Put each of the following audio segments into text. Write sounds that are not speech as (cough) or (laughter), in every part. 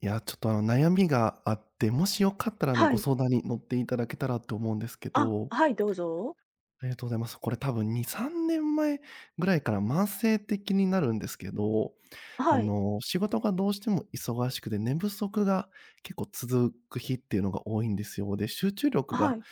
いや、ちょっと悩みがあって、もしよかったらはごい。相談に乗っていただけたらと思うんですけあ、ど。はい、どうぞ。ありがとうございます。これ多分2、3年前ぐらいから慢性的になるんですけど、はい。仕事がどうしても忙しくて、寝不足が結構続く日っていうのが多いんですよ。で、集中力はがい。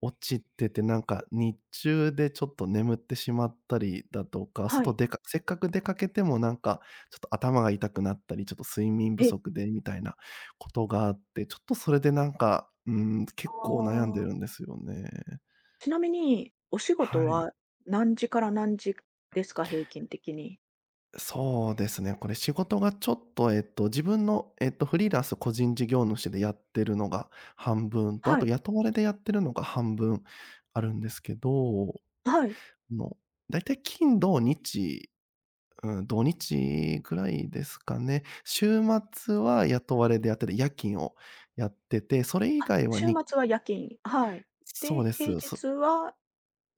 落ちてて、なんか日中でちょっと眠ってしまったりだとか、は外い。でかせっかく出かけてもなんか、ちょっと頭が痛くなったり、ちょっと睡眠不え、足でみたいなことがあって、ちょっとそれでなんか、あ結構悩んでるあ、んですよね。ちなみに、お仕事はい。は何時から何時ですか？平均的に。そうですね、これ仕事がちょっと、自分の、フリーランス個人事業主でやってるのが半分と、あはとい。雇われでやってるのが半分あるんですけど、はい。あの、大体金土日うん、土日くらいですかね。週末は雇われでやってて、夜勤をやってて、それ以あ、外は週に末は夜勤。はい。そで、うで平す。そ日は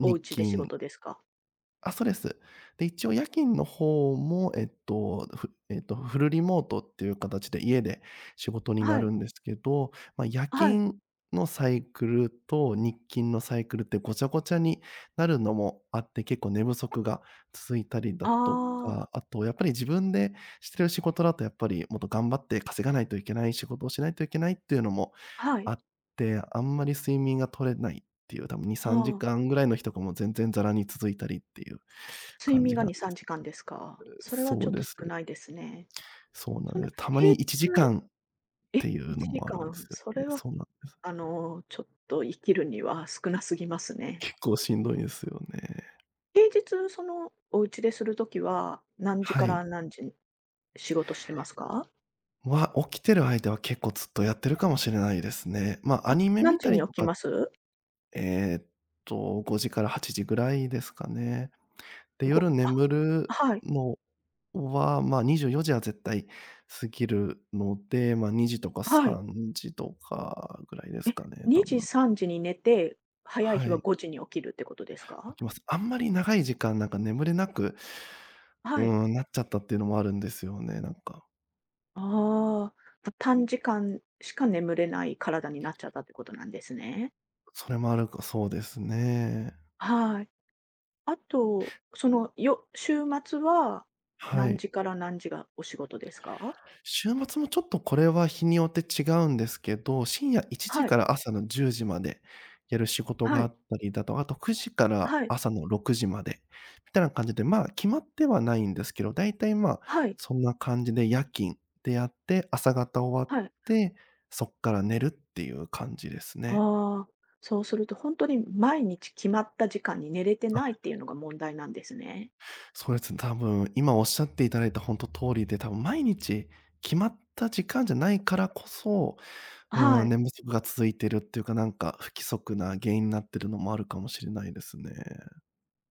お日家で仕勤事ですか？あ、そうです。で、一応夜勤の方も、えっと、ふえっと、フルリモートっていう形で家で仕事になはるい。んですけど、まあ、夜はい。勤のサイクルと日勤のサイクルってごちゃごちゃになるのもあって、結構寝不足が続いたりあだとあ、か、あとやっぱり自分でしてる仕事だとやっぱりもっと頑張って稼がないといけない、仕事をしないといけないっていうのもはい。あって、あんまり睡眠が取れないっていう、多分2、あ3あ、時間ぐらいの日とかも全然ざらに続いたりっていう睡感眠じがなん2、で3す。時間ですか？それはちそょうっとです。少ないですね。そうなそんでのす。たま平に1時日間っていうの1もあ時るんで間、すよそね。れはそうなんです。ちょっと生きるには少なすぎますね。結構しんどいですよね。平日、お家でするときは、何時かはい。ら何時に仕事してますか？は、起きてる間は結構ずっとやってるかもしれないですね。まあ、アあ、ニメ何見た時にり起ときか、ます？えっ5時から8時ぐらいですかね。で、ご夜あ、眠るはい、のは、まあ、24時は絶対過ぎるので、まあ、2時とかはい。3時とかぐらいですえ、かね、多2時、分。3時に寝て、早いは日はい、5時に起きるってことです起か？きます。あんまり長い時間なんか眠れなく、はい。なっちゃったっていうのもあるんですよね、なんか。ああ、短時間しか眠れない体になっちゃったってことなんですね。それもあるかそうですね。はい。あと、週末はは何い。時から何時がお仕事ですか？週末もちょっとこれは日によって違うんですけど、深夜1時はい、から朝の10時までやる仕事はがあっい、たりだとか、あと9時からはい、朝の6時までみたいな感じで、まあ、決まってはないんですけど、だいたい、まあ、はい、そんな感じで夜勤でやって、朝方終わっはい。て、そっから寝るっていう感じですね。ああ、そうすると本当に毎日決まった時間に寝れてあ、ないっていうのが問題なんですね。そうですね。多分今おっしゃっていただいたほんと通りで、多分毎日決まった時間じゃないからこそ、はうん、い、寝不足が続いてるっていうか、なんか、不規則な原因になってるのもあるかもしれないですね。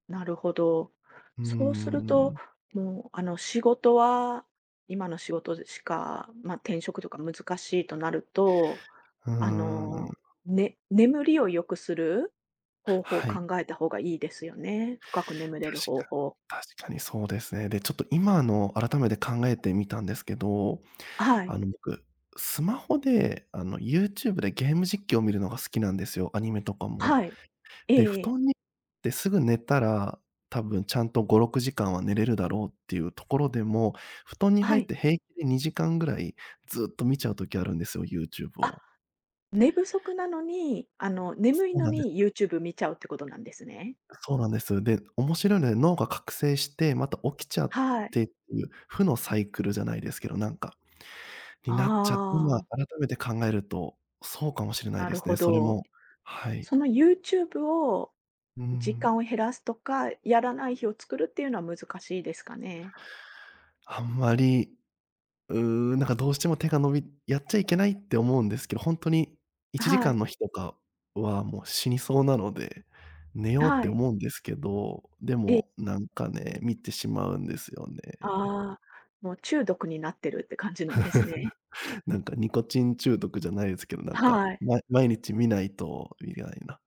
なるほど。うーそうすると、ん。もう、仕事は今の仕事でしか、まあ、転職とか難しいとなると、うーあの、ん。ね眠りを良くする方法をはい。考えた方がいいですよね。深く眠れる確方か法。確かにそうですね。で、ちょっと今の改めて考えてみたんですけど、はい、僕、スマホで、YouTube でゲーム実況を見るのが好きなんですよ、アニメとかも。はい。えで、え布え。団にってすぐ寝たら、多分ちゃんと5、6時間は寝れるだろうっていうところでも、布団には入っい。て平気で2時間ぐらいずっと見ちゃう時あるんですよ、YouTube あ、を。寝不足なのに、そ眠いうのなんでに す。YouTube 見ちゃうってことなんですね。そうなんです。で、面白いので脳が覚醒して、また起きちゃっはい。てっていう負のサイクルじゃないですけど、なんか、になっちゃ今ああ、改めて考えると、そうかもしれないなでるすほね、それど。も。はい。その YouTube をうー時ん。間を減らすとか、やらない日を作るっていうのは難しいですかね？あんまりうーなんかどうしても手が伸びやっちゃいけないって思うんですけど、ほんとに1は時間い、の日とかはもう死にそうなので、寝ようっはてい。思うんですけど、でえもなんかね、見てしまうんですよね。ああ、もう中毒になってるって感じなんですね。なんかニコチン中毒じゃないですけど、なんか、はい。ま毎日見ないとみたいな。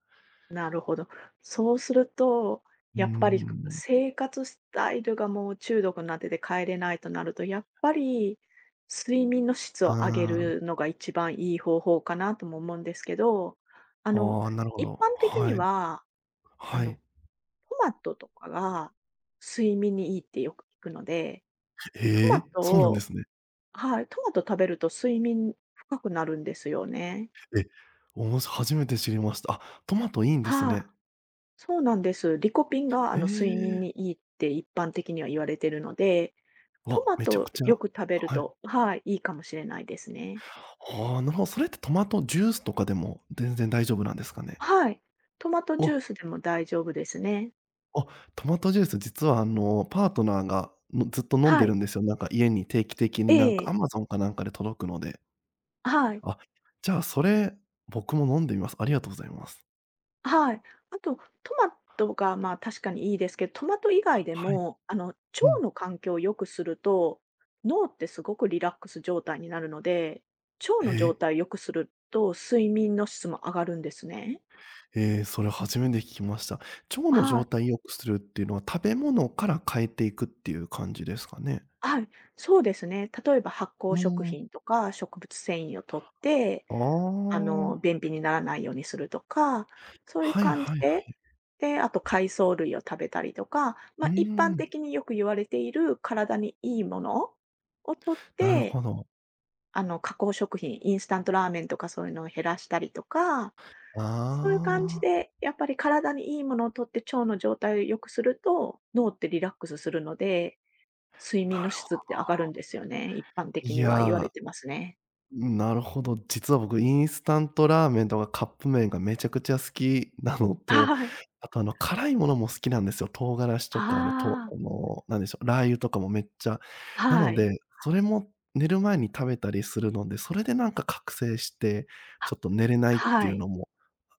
なるほど。そうすると、うーやっぱりん。生活スタイルがもう中毒になってて帰れないとなると、やっぱり睡眠の質を上げるあのが一番いい方法かなとも思うんですけど、ああ、の、ああ、なるほ一ど。般的にはい、は、あはの、い。トマトとかが睡眠にいいってよく聞くので、トえマえ、トそうなんでをすね。はい、トマト食べると睡眠深くなるんですよね。え、おもし初めて知りました。あ、トマトいいんですはい。ね。そうなんです。リコピンがえ睡眠にえ。いいって一般的には言われてるので、トわ、マめちゃくトちゃよく食べるはい。と、はい、いいかもしれないですね。ああ、なるほど、それってトマトジュースとかでも全然大丈夫なんですかね？はい。トマトジわ、ュースでも大丈夫ですね。あ、トマトジュース実はパートナーが、のずっと飲んではるい。んですよ。なんか家に定期的えになんか え、Amazon かなんかで届くので。はい、あ、じゃあそれ、僕も飲んでみます。ありがとうございます。はい。あと、トマトがまあ確かにいいですけど、トマト以外ではい。も、腸うん。の環境を良くすると、脳ってすごくリラックス状態になるので、腸えの状え、態を良くすると睡眠の質も上がるんですね。ええ、それ初めて聞きました。腸のは状い。態良くするっていうのは、食べ物から変えていくっていう感じですかね？はい、そうですね。例えば発う酵食ーん。品とか、植物繊維を取って、ああ。便秘にならないようにするとか、そういうはい感じはいはい、で、あと海藻類を食べたりとか、うーま、一般ん、的によく言われている体にいいものを取っなるて、ほど。加工食品、インスタントラーメンとかそういうのを減らしたりとか、そういう感じああ、で、やっぱり体にいいものを取って腸の状態を良くすると、脳ってリラックスするので睡眠なのるほ質って上がるんですよね、一般的いには言われや、てますね。なるほど。実は僕、インスタントラーメンとかカップ麺がめちゃくちゃ好きなのと、はい。あと、辛いものも好きなんですよ。唐辛子とか、あの、とああの、なんでしょう、ラー油とかもめっちゃ。あ、なはのい。で、それも寝る前に食べたりするので、それでなんか覚醒して、ちょあ、っと寝れないってはいうい。のも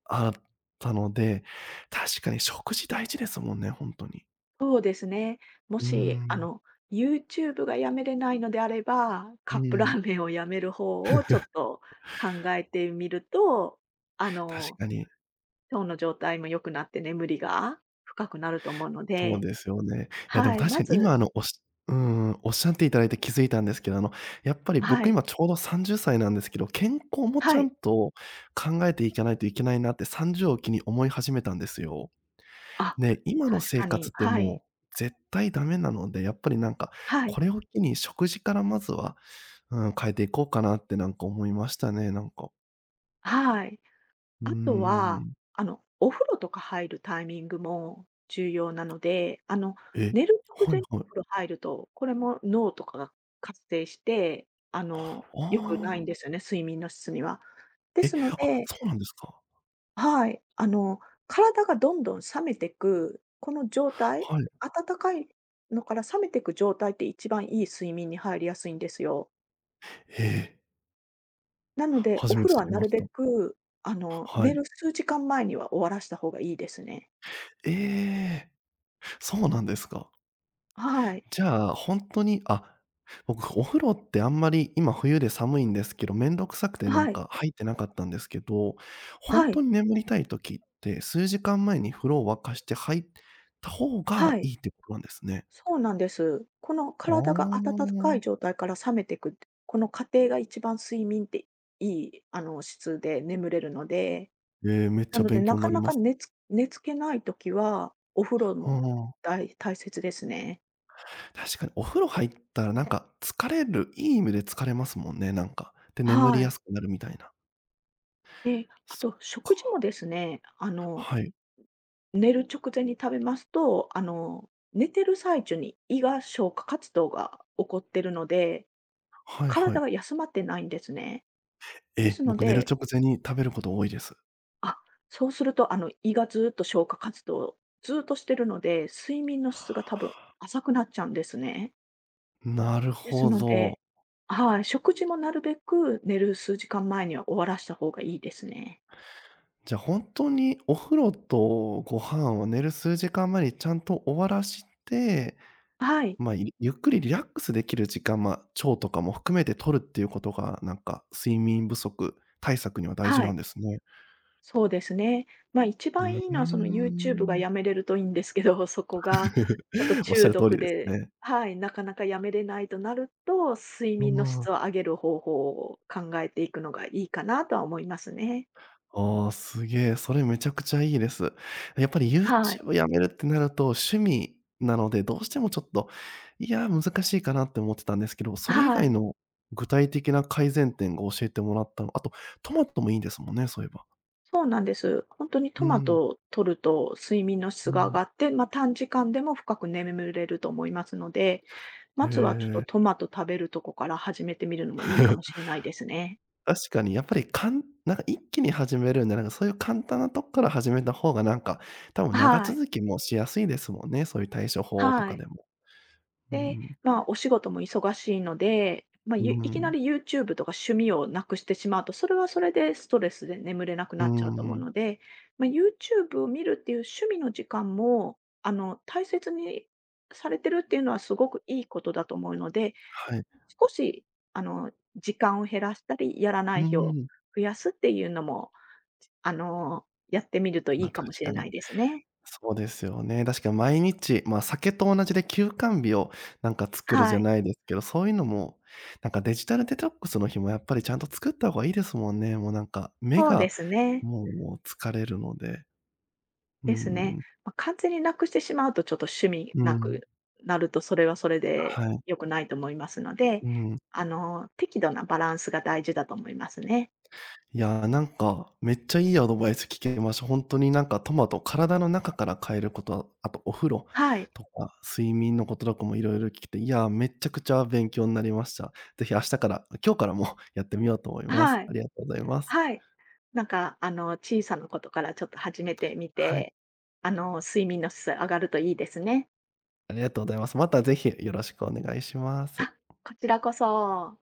あったので、確かに食事大事ですもんね、ほんとに。そうですね。もうーし、ん、YouTube がやめれないのであれば、うカーップラーん。メンをやめる方をちょっと考えてみると、あ確の、かに、腸の状態も良くなって眠りが深くなると思うのそうで、ですよね。いや、でもはい、確まかに今ずおっしゃっていただいて気づいたんですけど、やっぱりは僕い、今ちょうど30歳なんですけど、健康もちはゃんい。と考えていかないといけないなって30を機に思い始めたんですよ。あ、で、今の確生か活に、ってはい、もう絶対ダメなので、やっぱりなんか、はい、これを機に食事からまずは、うん、変えていこうかなってなんか思いましたね、なんか。はい。うーあとは、ん。お風呂とか入るタイミングも重要なので、え、寝る直はい前にはおい。風呂入ると、これも脳とかが活性して、あ良くないんであ。すよね、睡眠の質には。でえ、すのあ、で、そうなんですか。はい、体がどんどん冷めてく、この状態、はい。暖かいのから冷めてく状態って一番いい睡眠に入りやすいんですよ。へえ、なので、お初め風て呂知はりなまるしべた。く、は寝い。る数時間前には終わらした方がいいですね。ええ、そうなんですか。はい。じゃあ、ほんとに、あ、僕お風呂ってあんまり今冬で寒いんですけど、めんどくさくてなはんい。か入ってなかったんですけど、ほんはとい。に眠りたい時って、数時間前に風呂を沸かして入った方はがいい。いってことなんですね。そうなんです。この体があ温かいあ。状態から冷めていくこの過程が一番睡眠っていい、質で眠れるので、ええ、めっちなゃので、勉な強にかなりなまかす。寝付けないときは、お風呂はもあ。大切ですね。確かにお風呂入ったらなんか疲れるいい意味で疲れますもんね、なんか。で、眠りはやい。すくなるみたいな。で、あそっと食事もか。ですね、はい。寝る直前に食べますと、寝てる最中に胃が消化活動が起こってるので、はいは体い。が休まってないんですね。でえ、すの僕寝るで、直前に食べること多いです。あ、そうすると、胃がずっと消化活動をずっとしてるので、睡眠の質が多分浅くなっちゃうんですね。なるですほので、ど。はい、食事もなるべく寝る数時間前には終わらした方がいいですね。じゃ、あ本当にお風呂とご飯を寝る数時間前にちゃんと終わらして、はい、まあ、ゆっくりリラックスできる時間、まあ、腸とかも含めて取るっていうことが、なんか睡眠不足対策には大事はない、んですね。そうですね。ま、一う番ーいいのはその YouTube がん。やめれるといいんですけど、そこが (laughs) ちょっとおっしゃ中る通毒りですで、ね。はい、なかなかやめれないとなると、睡う眠のん。質を上げる方法を考えていくのがいいかなとは思いますね。ああ、すげえ、それめちゃくちゃいいです。やっぱり はい。YouTube やめるってなると、趣味なので、どうしてもちょっと、いや、難しいかなって思ってたんですけど、それ以は外い。の具体的な改善点が教えてもらったのあと、トマトもいいですもんね、そういえば。そうなんです。本当にトうマん、トを摂ると睡眠の質うが上ん。がって、まあ、短時間でも深く眠れると思いますので、へまずはちょっとえ。トマト食べるとこから始めてみるのもいいかもしれ (laughs) ないですね。確かにやっぱり、かんなんか一気に始めるんで、なんかそういう簡単なとこから始めた方がなんか、多分長はい。続きもしやすいですもんね、そういう対処法とはかい。でも。うで、ん。まあ、お仕事も忙しいので、まあ、ういきなん。り YouTube とか趣味をなくしてしまうと、それはそれでストレスで眠れなくうなっちゃうと思うん。ので、まあ、YouTube を見るっていう趣味の時間も、大切にされてるっていうのはすごくいいことだと思うので、はい。少し、時間を減らしたり、やらなうーい日をん、増やすっていうのも、やってみるといま、い確かもしれかなに。いですね。そうですよね。確かに毎日、ま、酒と同じで休肝日をなんか作るじはゃい。ないですけど、そういうのも、なんかデジタルデトックスの日もやっぱりちゃんと作った方がいいですもんね。もうなんか、目そうでがすね。もう疲れるので。うーんでうすね。ん。まあ、完全になくしてしまうと、ちょっと趣味うなん。くなると、それはそれではい。良くないと思いますので、うん。適度なバランスが大事だと思いますね。いやー、なんか、めっちゃいいアドバイス聞けました。本当になんかトマト、体の中から変えること、あとお風呂はい。とか、睡眠のこととかもいろいろ聞けて、いやー、めちゃくちゃ勉強になりました。ぜひ明日から今日からも (laughs) やってみようと思います。はい。ありがとうございます。はい。なんか、小さなことからちょっと始めてみはい、て、睡眠の質上がるといいですね。ありがとうございます。またぜひよろしくお願いします。あ、こちらこそ。